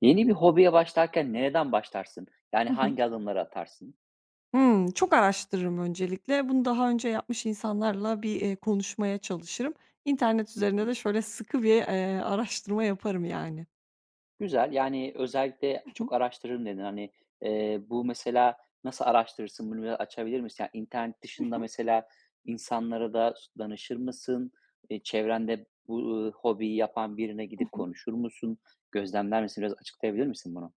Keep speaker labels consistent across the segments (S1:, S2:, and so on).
S1: Yeni bir hobiye başlarken nereden başlarsın? Yani
S2: Hı hı.
S1: hangi adımları atarsın?
S2: Hımm, çok araştırırım öncelikle. Bunu daha önce yapmış insanlarla bir, konuşmaya çalışırım. İnternet
S1: Hı
S2: üzerinde
S1: hı.
S2: de şöyle sıkı bir, araştırma yaparım yani.
S1: Güzel. Yani özellikle
S2: Hı hı.
S1: çok araştırırım dedin. Hani, bu mesela nasıl araştırırsın? Bunu biraz açabilir misin? Yani internet
S2: Hı
S1: dışında
S2: hı.
S1: mesela insanlara da danışır mısın? Çevrende bu, hobiyi yapan birine
S2: Hı
S1: gidip
S2: hı.
S1: konuşur musun? Gözlemler misin? Biraz açıklayabilir misin bunu?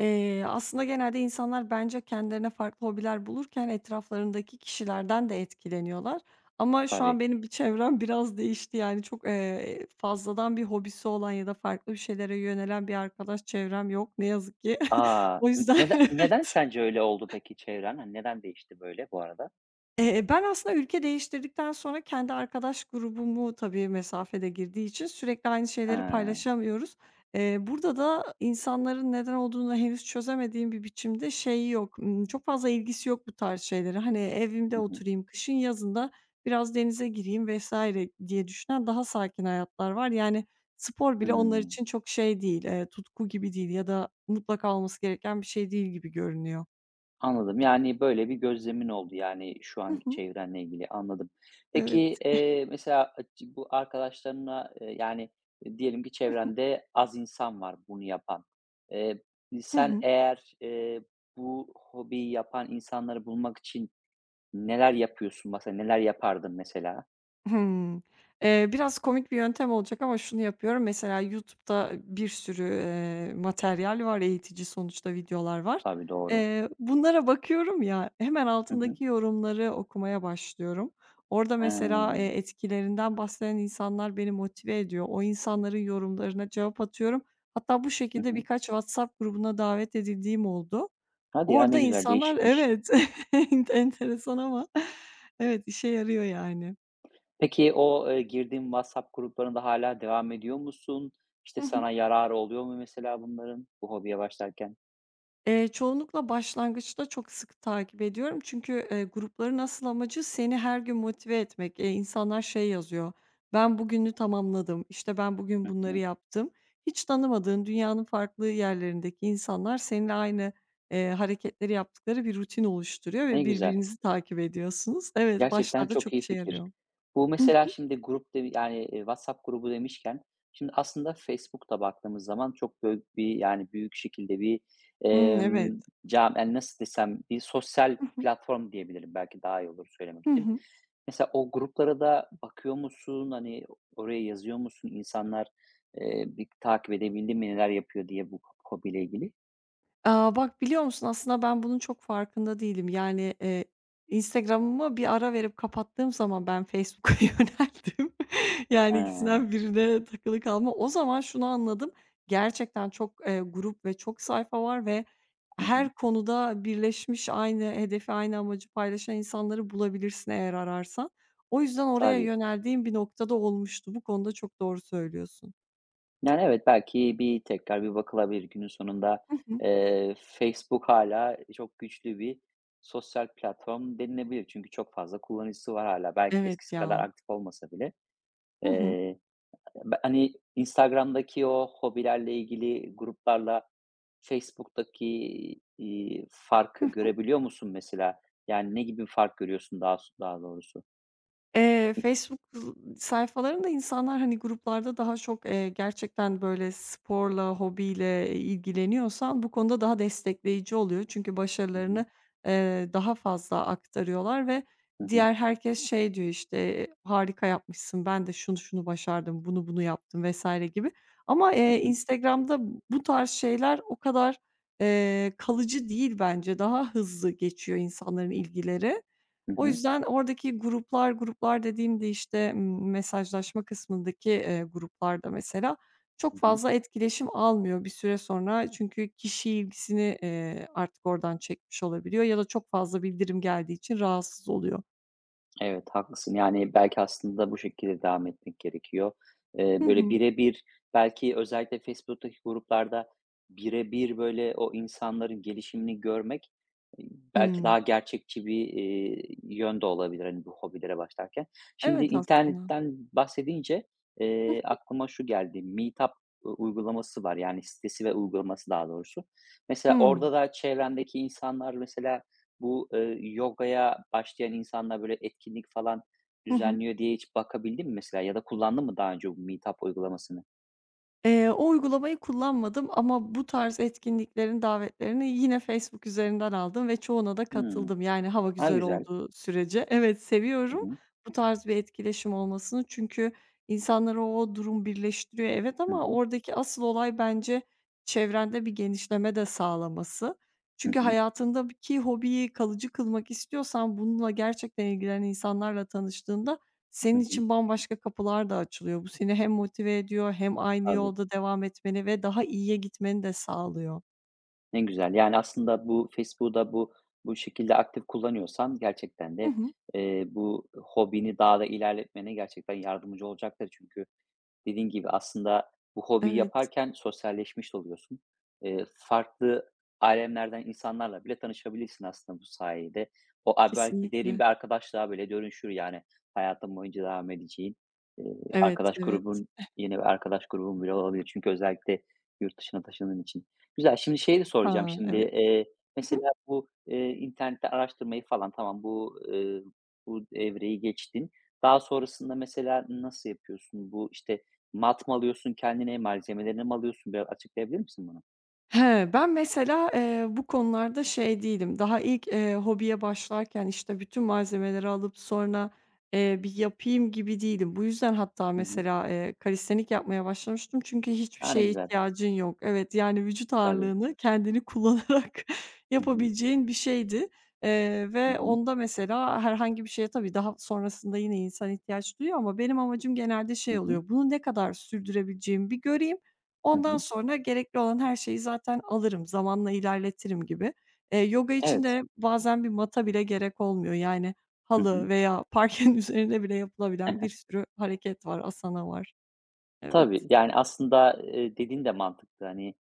S2: Aslında genelde insanlar bence kendilerine farklı hobiler bulurken etraflarındaki kişilerden de etkileniyorlar. Ama şu an
S1: Tabii.
S2: benim bir çevrem biraz değişti. Yani çok, fazladan bir hobisi olan ya da farklı bir şeylere yönelen bir arkadaş çevrem yok ne yazık ki.
S1: Aa.
S2: O yüzden.
S1: Neden sence öyle oldu peki çevren? Hani, neden değişti böyle bu arada?
S2: Ben aslında ülke değiştirdikten sonra kendi arkadaş grubumu tabii mesafede girdiği için sürekli aynı
S1: He.
S2: şeyleri
S1: Hı
S2: paylaşamıyoruz. Burada da insanların neden olduğunu henüz çözemediğim bir biçimde şey yok, çok fazla ilgisi yok bu tarz şeylere. Hani, evimde
S1: hı.
S2: oturayım, kışın yazında biraz denize gireyim vesaire diye düşünen daha sakin hayatlar var. Yani, spor bile onlar
S1: Hıı.
S2: için çok şey değil, tutku gibi değil ya da mutlaka olması gereken bir şey değil gibi görünüyor.
S1: Anladım. Yani, böyle bir gözlemin oldu, yani, şu
S2: Hı
S1: anki
S2: hı.
S1: çevrenle ilgili, anladım. Peki,
S2: Evet.
S1: mesela acı bu arkadaşlarına, yani, diyelim ki çevrende az insan var bunu yapan. Eee,
S2: Hı
S1: sen
S2: hı.
S1: eğer, bu hobiyi yapan insanları bulmak için neler yapıyorsun? Mesela neler yapardın mesela?
S2: Hımm. Biraz komik bir yöntem olacak ama şunu yapıyorum. Mesela YouTube'da bir sürü, materyal var, eğitici sonuçta videolar var.
S1: Tabii, doğru.
S2: Bunlara bakıyorum ya, hemen
S1: Hı hı.
S2: altındaki yorumları okumaya başlıyorum. Orada mesela,
S1: He.
S2: etkilerinden bahseden insanlar beni motive ediyor. O insanların yorumlarına cevap atıyorum. Hatta bu
S1: Hı
S2: şekilde
S1: hı.
S2: birkaç WhatsApp grubuna davet edildiğim oldu.
S1: Hadi ya,
S2: Orada
S1: ne güzel,
S2: insanlar
S1: değişikmiş.
S2: evet, enteresan ama evet, işe yarıyor yani.
S1: Peki, o, girdiğin WhatsApp gruplarında hala devam ediyor musun? İşte,
S2: Hı hı.
S1: sana yararı oluyor mu mesela bunların bu hobiye başlarken?
S2: Çoğunlukla başlangıçta çok sık takip ediyorum. Çünkü, grupların asıl amacı seni her gün motive etmek. İnsanlar şey yazıyor, "Ben bugünü tamamladım." İşte "Ben bugün
S1: Hı
S2: bunları
S1: hı.
S2: yaptım." Hiç tanımadığın dünyanın farklı yerlerindeki insanlar seninle aynı, hareketleri yaptıkları bir rutin oluşturuyor ve
S1: Ne güzel.
S2: birbirinizi takip ediyorsunuz. Evet,
S1: Gerçekten
S2: başlarda
S1: çok
S2: çok
S1: iyi
S2: işe
S1: fikir.
S2: yarıyor.
S1: Bu mesela şimdi grup de yani, WhatsApp grubu demişken, şimdi aslında Facebook'ta baktığımız zaman çok büyük bir, yani, büyük şekilde bir,
S2: Hıh. Evet.
S1: cam yani, nasıl desem, bir sosyal platform diyebilirim. Belki daha iyi olur söylemek için. Mesela o gruplara da bakıyor musun? Hani, oraya yazıyor musun? İnsanlar, bir takip edebildi mi, neler yapıyor diye bu hobiyle ilgili?
S2: Aaa, bak, biliyor musun, aslında ben bunun çok farkında değilim. Yani, Instagram'ımı bir ara verip kapattığım zaman ben Facebook'a yöneldim. Yani,
S1: He.
S2: ikisinden birine takılı kalma. O zaman şunu anladım, gerçekten çok, grup ve çok sayfa var ve
S1: Hı hı.
S2: her konuda birleşmiş, aynı hedefi, aynı amacı paylaşan insanları bulabilirsin eğer ararsan. O yüzden oraya
S1: Tabii.
S2: yöneldiğim bir noktada olmuştu. Bu konuda çok doğru söylüyorsun.
S1: Yani, evet, belki bir tekrar bir bakılabilir. Günün sonunda,
S2: Hı hı.
S1: Facebook hala çok güçlü bir sosyal platform denilebilir. Çünkü çok fazla kullanıcısı var hala. Belki
S2: Evet
S1: eskisi kadar
S2: ya.
S1: aktif olmasa bile.
S2: Hı.
S1: Eee, be hani, Instagram'daki o hobilerle ilgili gruplarla Facebook'taki, farkı
S2: Hı.
S1: görebiliyor musun mesela? Yani, ne gibi bir fark görüyorsun daha doğrusu?
S2: Facebook sayfalarında insanlar, hani, gruplarda daha çok, gerçekten, böyle, sporla, hobiyle ilgileniyorsan bu konuda daha destekleyici oluyor. Çünkü
S1: Hı hı.
S2: başarılarını, daha fazla aktarıyorlar ve
S1: Hı hı.
S2: diğer herkes şey diyor, işte, "Harika yapmışsın, ben de şunu şunu başardım, bunu bunu yaptım." vesaire gibi. Ama,
S1: Hı hı.
S2: Instagram'da bu tarz şeyler o kadar, kalıcı değil bence. Daha hızlı geçiyor insanların ilgileri.
S1: Hı
S2: O
S1: hı.
S2: yüzden oradaki gruplar, gruplar dediğimde, işte, mesajlaşma kısmındaki, gruplarda mesela
S1: Hı
S2: çok
S1: hı.
S2: fazla etkileşim almıyor bir süre sonra. Çünkü kişi ilgisini, artık oradan çekmiş olabiliyor ya da çok fazla bildirim geldiği için rahatsız oluyor.
S1: Evet, haklısın. Yani, belki aslında bu şekilde devam etmek gerekiyor. Eee,
S2: Hı
S1: böyle
S2: hı.
S1: birebir belki özellikle Facebook'taki gruplarda birebir böyle o insanların gelişimini görmek, eee, belki
S2: Hımm.
S1: daha gerçekçi bir, yön de olabilir, hani, bu hobilere başlarken. Şimdi
S2: Evet aslında.
S1: internetten bahsedince,
S2: Hıh.
S1: aklıma şu geldi. Meetup uygulaması var, yani sitesi ve uygulaması daha doğrusu. Mesela
S2: Hımm.
S1: orada da çevrendeki insanlar mesela bu, yogaya başlayan insanlar böyle etkinlik falan
S2: Hı hı.
S1: düzenliyor diye hiç bakabildin mi mesela ya da kullandın mı daha önce bu Meetup uygulamasını?
S2: O uygulamayı kullanmadım ama bu tarz etkinliklerin davetlerini yine Facebook üzerinden aldım ve çoğuna da
S1: Hımm.
S2: katıldım. Yani hava
S1: A,
S2: güzel
S1: güzel.
S2: olduğu sürece. Evet,
S1: Hı
S2: seviyorum
S1: hı.
S2: bu tarz bir etkileşim olmasını çünkü insanları o durum birleştiriyor, evet,
S1: Hı
S2: ama
S1: hı.
S2: oradaki asıl olay bence çevrende bir genişleme de sağlaması.
S1: Hı
S2: Çünkü
S1: hı.
S2: hayatındaki hobiyi kalıcı kılmak istiyorsan bununla gerçekten ilgilenen insanlarla tanıştığında
S1: Hı
S2: senin
S1: hı.
S2: için bambaşka kapılar da açılıyor. Bu seni hem motive ediyor hem aynı
S1: Tabii.
S2: yolda devam etmeni ve daha iyiye gitmeni de sağlıyor.
S1: Ne güzel. Yani, aslında bu Facebook'u da bu şekilde aktif kullanıyorsan gerçekten
S2: Hı
S1: de,
S2: hı.
S1: bu hobini daha da ilerletmene gerçekten yardımcı olacaktır. Çünkü dediğin gibi aslında bu hobiyi
S2: Evet,
S1: yaparken sosyalleşmiş de oluyorsun. Farklı alemlerden insanlarla bile tanışabilirsin aslında bu sayede. O a belki derin
S2: kesinlikle.
S1: bir arkadaşlığa bile dönüşür yani hayatın boyunca devam edeceğin, eee,
S2: Evet,
S1: arkadaş
S2: evet.
S1: grubun, yeni bir arkadaş grubun bile olabilir. Çünkü özellikle yurt dışına taşındığın için. Güzel, şimdi şeyi de soracağım
S2: Ha,
S1: şimdi,
S2: evet.
S1: mesela bu, internette araştırmayı falan tamam bu, bu evreyi geçtin. Daha sonrasında mesela nasıl yapıyorsun? Bu, işte, mat mı alıyorsun kendine, malzemelerini mi alıyorsun? Biraz açıklayabilir misin bunu?
S2: He, ben mesela, bu konularda şey değilim. Daha ilk, hobiye başlarken, işte, bütün malzemeleri alıp sonra, bir yapayım gibi değilim. Bu yüzden hatta
S1: Hı hı.
S2: mesela, kalistenik yapmaya başlamıştım çünkü hiçbir
S1: A, ne
S2: şeye
S1: güzel.
S2: ihtiyacın yok. Evet, yani vücut
S1: Tabii.
S2: ağırlığını kendini kullanarak
S1: Hı hı.
S2: yapabileceğin bir şeydi,
S1: Hı
S2: ve
S1: hı.
S2: onda mesela herhangi bir şeye tabii daha sonrasında yine insan ihtiyaç duyuyor ama benim amacım genelde
S1: Hı
S2: şey
S1: hı.
S2: oluyor, bunu ne kadar sürdürebileceğimi bir göreyim.
S1: Hı
S2: Ondan
S1: hı.
S2: sonra gerekli olan her şeyi zaten alırım, zamanla ilerletirim gibi. Yoga için
S1: Evet.
S2: de bazen bir mata bile gerek olmuyor. Yani
S1: Hı
S2: halı
S1: hı.
S2: veya parkenin üzerine bile yapılabilen bir sürü hareket var, asana var. Evet.
S1: Tabii, yani, aslında, dediğin de mantıklı. Hani,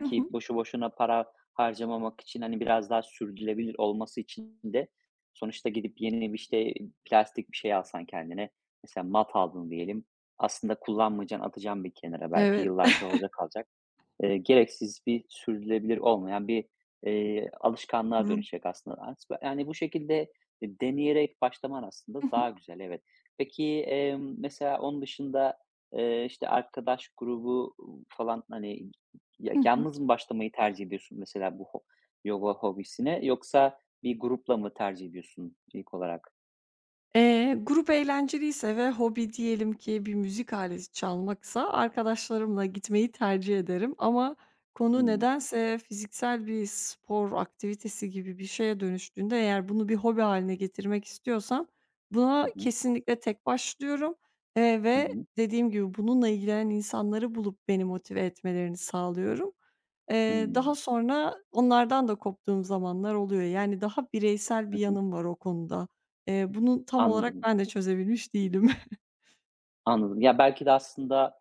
S2: Hı hı.
S1: boşu boşuna para harcamamak için, hani, biraz daha sürdürülebilir olması için de sonuçta gidip yeni bir, işte, plastik bir şey alsan kendine, mesela mat aldın diyelim, aslında kullanmayacaksın, atacaksın bir kenara belki,
S2: Evet.
S1: yıllarca orada kalacak. Gereksiz bir sürdürülebilir olmayan yani bir, alışkanlığa
S2: Rum.
S1: dönüşecek aslında. Asbe yani, bu şekilde, deneyerek başlaman aslında
S2: Hı hı.
S1: daha güzel, evet. Peki, mesela onun dışında, işte, arkadaş grubu falan, hani, ya
S2: Hı hı.
S1: yalnız mı başlamayı tercih ediyorsun mesela bu yoga hobisine yoksa bir grupla mı tercih ediyorsun ilk olarak?
S2: Grup eğlenceliyse ve hobi diyelim ki bir müzik aleti çalmaksa arkadaşlarımla gitmeyi tercih ederim ama konu
S1: Hımm.
S2: nedense fiziksel bir spor aktivitesi gibi bir şeye dönüştüğünde eğer bunu bir hobi haline getirmek istiyorsam buna
S1: Hı hı.
S2: kesinlikle tek başlıyorum,
S1: Hı
S2: ve
S1: hı.
S2: dediğim gibi bununla ilgilenen insanları bulup beni motive etmelerini sağlıyorum. Daha
S1: Hımm.
S2: sonra onlardan da koptuğum zamanlar oluyor. Yani daha bireysel
S1: Hı
S2: bir
S1: hı. Hı.
S2: yanım var o konuda. Bunu tam olarak
S1: Anladım,
S2: ben de çözebilmiş değilim.
S1: anladım. Ya, belki de aslında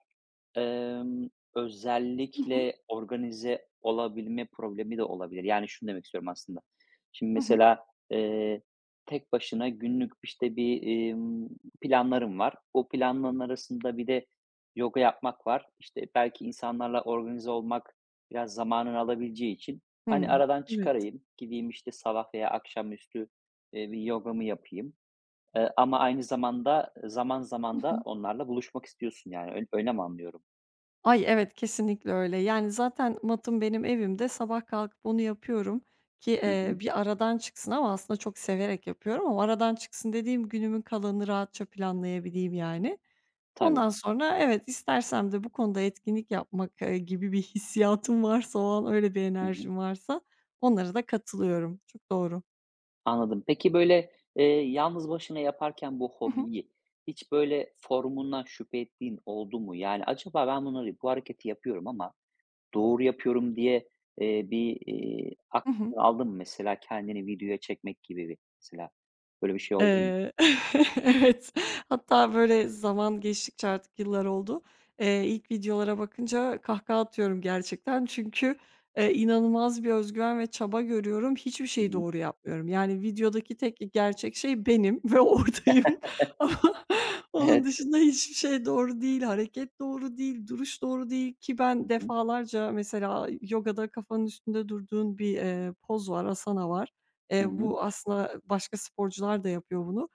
S1: Emm, özellikle organize olabilme problemi de olabilir. Yani, şunu demek istiyorum aslında. Şimdi
S2: Hı hı. Hı hı.
S1: mesela, eee, tek başına günlük, işte, bir, planlarım var. O planların arasında bir de yoga yapmak var. İşte, belki insanlarla organize olmak biraz zamanını alabileceği için, hani,
S2: Hımm.
S1: aradan
S2: Evet.
S1: çıkarayım, gideyim, işte, sabah veya akşamüstü, bir yogamı yapayım, ama aynı zamanda zaman
S2: Hı
S1: zaman da
S2: hı.
S1: onlarla buluşmak istiyorsun, yani. Öyle mi anlıyorum?
S2: Ay, evet, kesinlikle öyle. Yani, zaten matım benim evimde. Sabah kalkıp onu yapıyorum ki,
S1: Hı hı.
S2: bir aradan çıksın ama aslında çok severek yapıyorum ama aradan çıksın dediğim günümün kalanını rahatça planlayabileyim yani. Ondan
S1: Tabii.
S2: sonra evet, istersem de bu konuda etkinlik yapmak, gibi bir hissiyatım varsa o an, öyle bir
S1: Hı hı.
S2: enerjim varsa onlara da katılıyorum. Çok doğru.
S1: Anladım. Peki, böyle, yalnız başına yaparken bu
S2: Hı hı.
S1: hobiyi hiç, böyle, formundan şüphe ettiğin oldu mu? Yani, "Acaba ben bunları bu hareketi yapıyorum ama doğru yapıyorum." diye, bir,
S2: Hı hı.
S1: aklına aldın mı? Mesela kendini videoya çekmek gibi bir mesela. Böyle bir şey oldu mu?
S2: Eee, evet, hatta böyle zaman geçtikçe artık yıllar oldu. İlk videolara bakınca kahkaha atıyorum gerçekten. Çünkü, inanılmaz bir özgüven ve çaba görüyorum. Hiçbir
S1: Hı
S2: şeyi
S1: hı.
S2: doğru yapmıyorum. Yani videodaki tek gerçek şey benim ve oradayım ama onun
S1: Evet.
S2: dışında hiçbir şey doğru değil, hareket doğru değil, duruş doğru değil ki
S1: Hı
S2: ben
S1: hı.
S2: defalarca mesela yogada kafanın üstünde durduğun bir, poz var, asana var.
S1: Hı hı.
S2: Bu aslında başka sporcular da yapıyor bunu.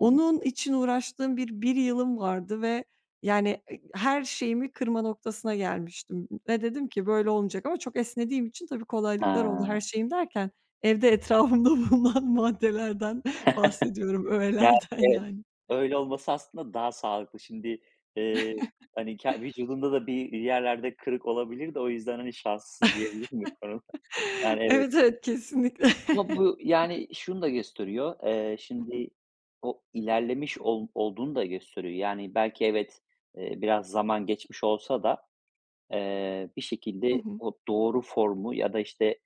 S1: Hı hı.
S2: için uğraştığım bir yılım vardı ve yani, her şeyimi kırma noktasına gelmiştim ve dedim ki böyle olmayacak ama çok esnediğim için tabii kolaylıklar oldu. Her
S1: Ha.
S2: şeyim derken evde etrafımda bulunan maddelerden bahsediyorum,
S1: Yani,
S2: öğelerden
S1: evet,
S2: yani.
S1: öyle olması aslında daha sağlıklı. Şimdi, eee, hani, vücudunda da bir yerlerde kırık olabilir de o yüzden, hani, şanslısın diyebilir miyim bu konuda? Yani, evet.
S2: Evet, evet, kesinlikle.
S1: Ama bu, yani, şunu da gösteriyor,
S2: Hı hı.
S1: şimdi o ilerlemiş olduğunu da gösteriyor. Yani, belki evet, biraz zaman geçmiş olsa da bir
S2: Hı
S1: şekilde
S2: hı.
S1: o doğru formu ya da, işte,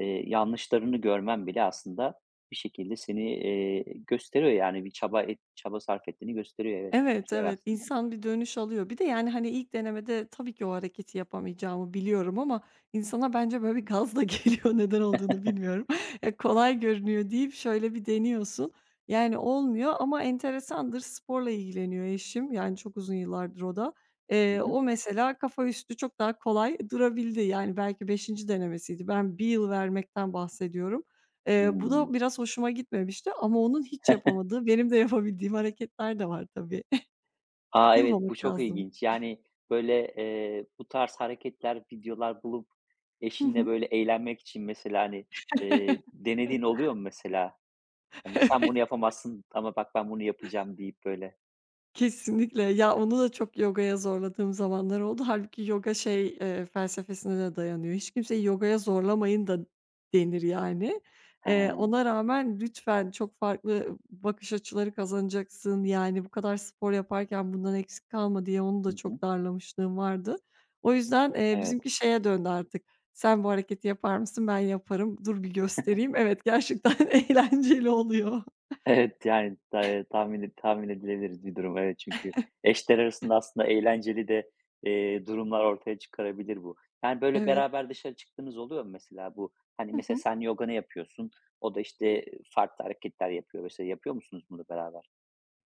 S1: yanlışlarını görmen bile aslında bir şekilde seni, gösteriyor, yani, bir çaba sarf ettiğini gösteriyor. Evet, bu
S2: Evet,
S1: güzel
S2: evet,
S1: aslında.
S2: insan bir dönüş alıyor. Bir de, yani, hani, ilk denemede tabii ki o hareketi yapamayacağımı biliyorum ama insana bence böyle bir gaz da geliyor, neden olduğunu bilmiyorum. Ya, kolay görünüyor deyip şöyle bir deniyorsun. Yani, olmuyor ama enteresandır, sporla ilgileniyor eşim, yani, çok uzun yıllardır o da.
S1: Hı hı.
S2: O mesela kafa üstü çok daha kolay durabildi. Yani, belki beşinci denemesiydi. Ben bir yıl vermekten bahsediyorum. Bu
S1: Hımm.
S2: da biraz hoşuma gitmemişti ama onun hiç yapamadığı, benim de yapabildiğim hareketler de var tabii.
S1: A, evet, bu
S2: Yılmamak
S1: çok
S2: lazım.
S1: ilginç. Yani, böyle, bu tarz hareketler, videolar bulup
S2: Hı
S1: eşinle,
S2: hı.
S1: böyle, eğlenmek için mesela, hani, denediğin oluyor mu mesela? Hani, "Sen
S2: Evet,
S1: bunu yapamazsın ama bak ben bunu yapacağım." deyip böyle.
S2: kesinlikle. Ya, onu da çok yogaya zorladığım zamanlar oldu. Hâlbuki yoga şey, felsefesine de dayanıyor. Hiç kimseyi yogaya zorlamayın da denir yani.
S1: He. Hı
S2: Ona rağmen lütfen çok farklı bakış açıları kazanacaksın. Yani, bu kadar spor yaparken bundan eksik kalma diye onu da
S1: hı.
S2: çok darlamışlığım vardı. O yüzden,
S1: Evet.
S2: bizimki şeye döndü artık. Sen bu hareketi yapar mısın? Ben yaparım. Dur bir göstereyim. Evet, gerçekten eğlenceli oluyor.
S1: Evet, yani, tahmin edilebilir bir durum. Evet, çünkü eşler arasında aslında eğlenceli de, durumlar ortaya çıkarabilir bu. Yani, böyle,
S2: Evet.
S1: beraber dışarı çıktığınız oluyor mu mesela bu? Hani,
S2: Hı
S1: mesela
S2: hı.
S1: sen yoga ne yapıyorsun, o da, işte, farklı hareketler yapıyor mesela. Yapıyor musunuz bunu beraber?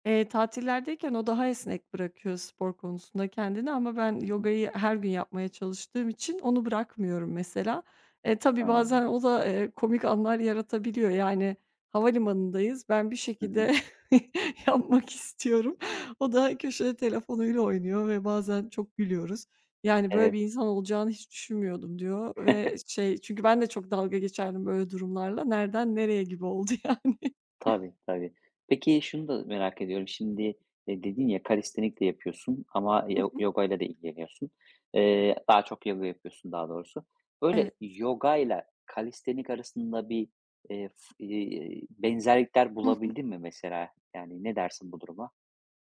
S2: Tatillerdeyken o daha esnek bırakıyor spor konusunda kendini ama ben
S1: Hı hı.
S2: yogayı her gün yapmaya çalıştığım için onu bırakmıyorum mesela. E, tabii
S1: Ha.
S2: bazen o da, komik anlar yaratabiliyor. Yani havalimanındayız, ben bir
S1: Hı hı.
S2: şekilde yapmak istiyorum. O da köşede telefonuyla oynuyor ve bazen çok gülüyoruz. Yani, "Böyle
S1: Evet.
S2: bir insan olacağını hiç düşünmüyordum." diyor ve şey çünkü ben de çok dalga geçerdim böyle durumlarla. Nereden nereye gibi oldu yani.
S1: Tabii, tabii. Peki şunu da merak ediyorum. Şimdi, dedin ya, kalistenik de yapıyorsun ama
S2: Hı hı.
S1: yogayla da ilgileniyorsun. Daha çok yoga yapıyorsun daha doğrusu.
S2: Evet.
S1: Böyle yogayla kalistenik arasında bir, f benzerlikler bulabildin mi mesela? Yani ne dersin bu duruma?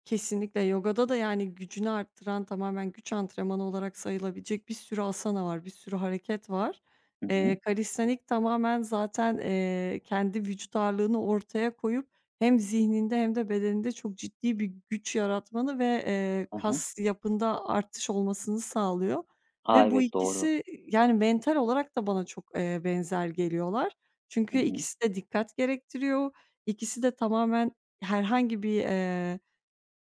S2: Kesinlikle yogada da, yani, gücünü arttıran tamamen güç antrenmanı olarak sayılabilecek bir sürü asana var, bir sürü hareket var.
S1: Hı hı.
S2: Kalistenik tamamen zaten, kendi vücut ağırlığını ortaya koyup hem zihninde hem de bedeninde çok ciddi bir güç yaratmanı ve,
S1: Hı hı.
S2: kas yapında artış olmasını sağlıyor ve bu
S1: Evet, doğru.
S2: ikisi, yani, mental olarak da bana çok, benzer geliyorlar. Çünkü
S1: Hı hı.
S2: ikisi de dikkat gerektiriyor. İkisi de tamamen herhangi bir,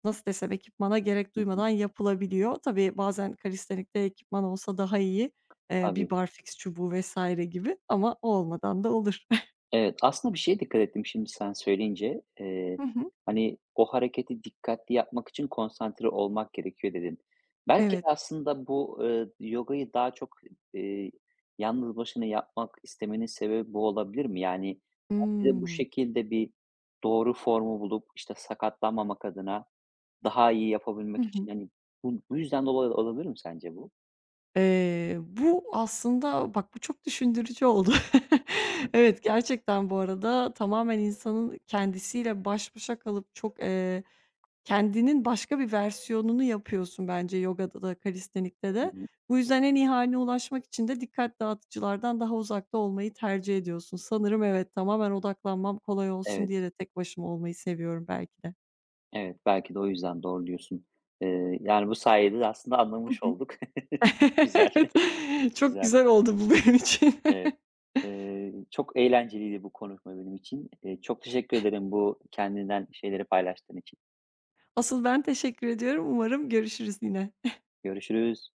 S2: nasıl desem, ekipmana gerek
S1: Hı hı.
S2: duymadan yapılabiliyor. Tabii bazen kalistenikte ekipman olsa daha iyi. Bir
S1: Tabii.
S2: barfiks çubuğu vesaire gibi ama o olmadan da olur.
S1: Evet, aslında bir şeye dikkat ettim şimdi sen söyleyince. Eee,
S2: Hı hı.
S1: hani, "O hareketi dikkatli yapmak için konsantre olmak gerekiyor." dedin. Belki
S2: Evet.
S1: de aslında bu, yogayı daha çok, eee, yalnız başına yapmak istemenin sebebi bu olabilir mi? Yani, bir de bu
S2: Hımm.
S1: şekilde bir doğru formu bulup, işte, sakatlanmamak adına daha iyi
S2: Hı
S1: yapabilmek için,
S2: hı.
S1: hani, bu yüzden dolayı olabilir mi sence bu?
S2: Bu aslında bak bu çok düşündürücü oldu. Evet, gerçekten bu arada tamamen insanın kendisiyle baş başa kalıp çok, kendinin başka bir versiyonunu yapıyorsun bence yogada da kalistenikte
S1: Hı
S2: de.
S1: hı.
S2: Bu yüzden en iyi hâline ulaşmak için de dikkat dağıtıcılardan daha uzakta olmayı tercih ediyorsun. Sanırım evet, tamamen odaklanmam kolay olsun
S1: Evet.
S2: diye de tek başıma olmayı seviyorum belki de.
S1: Evet, belki de o yüzden doğru diyorsun. Yani, bu sayede de aslında
S2: Hı
S1: anlamış
S2: hı.
S1: olduk. Güzel,
S2: Evet, çok
S1: güzel.
S2: güzel oldu bu benim için.
S1: Evet. Çok eğlenceliydi bu konuşma benim için. Çok teşekkür ederim bu kendinden şeyleri paylaştığın için.
S2: Asıl ben teşekkür ediyorum. Umarım görüşürüz yine.
S1: Görüşürüz.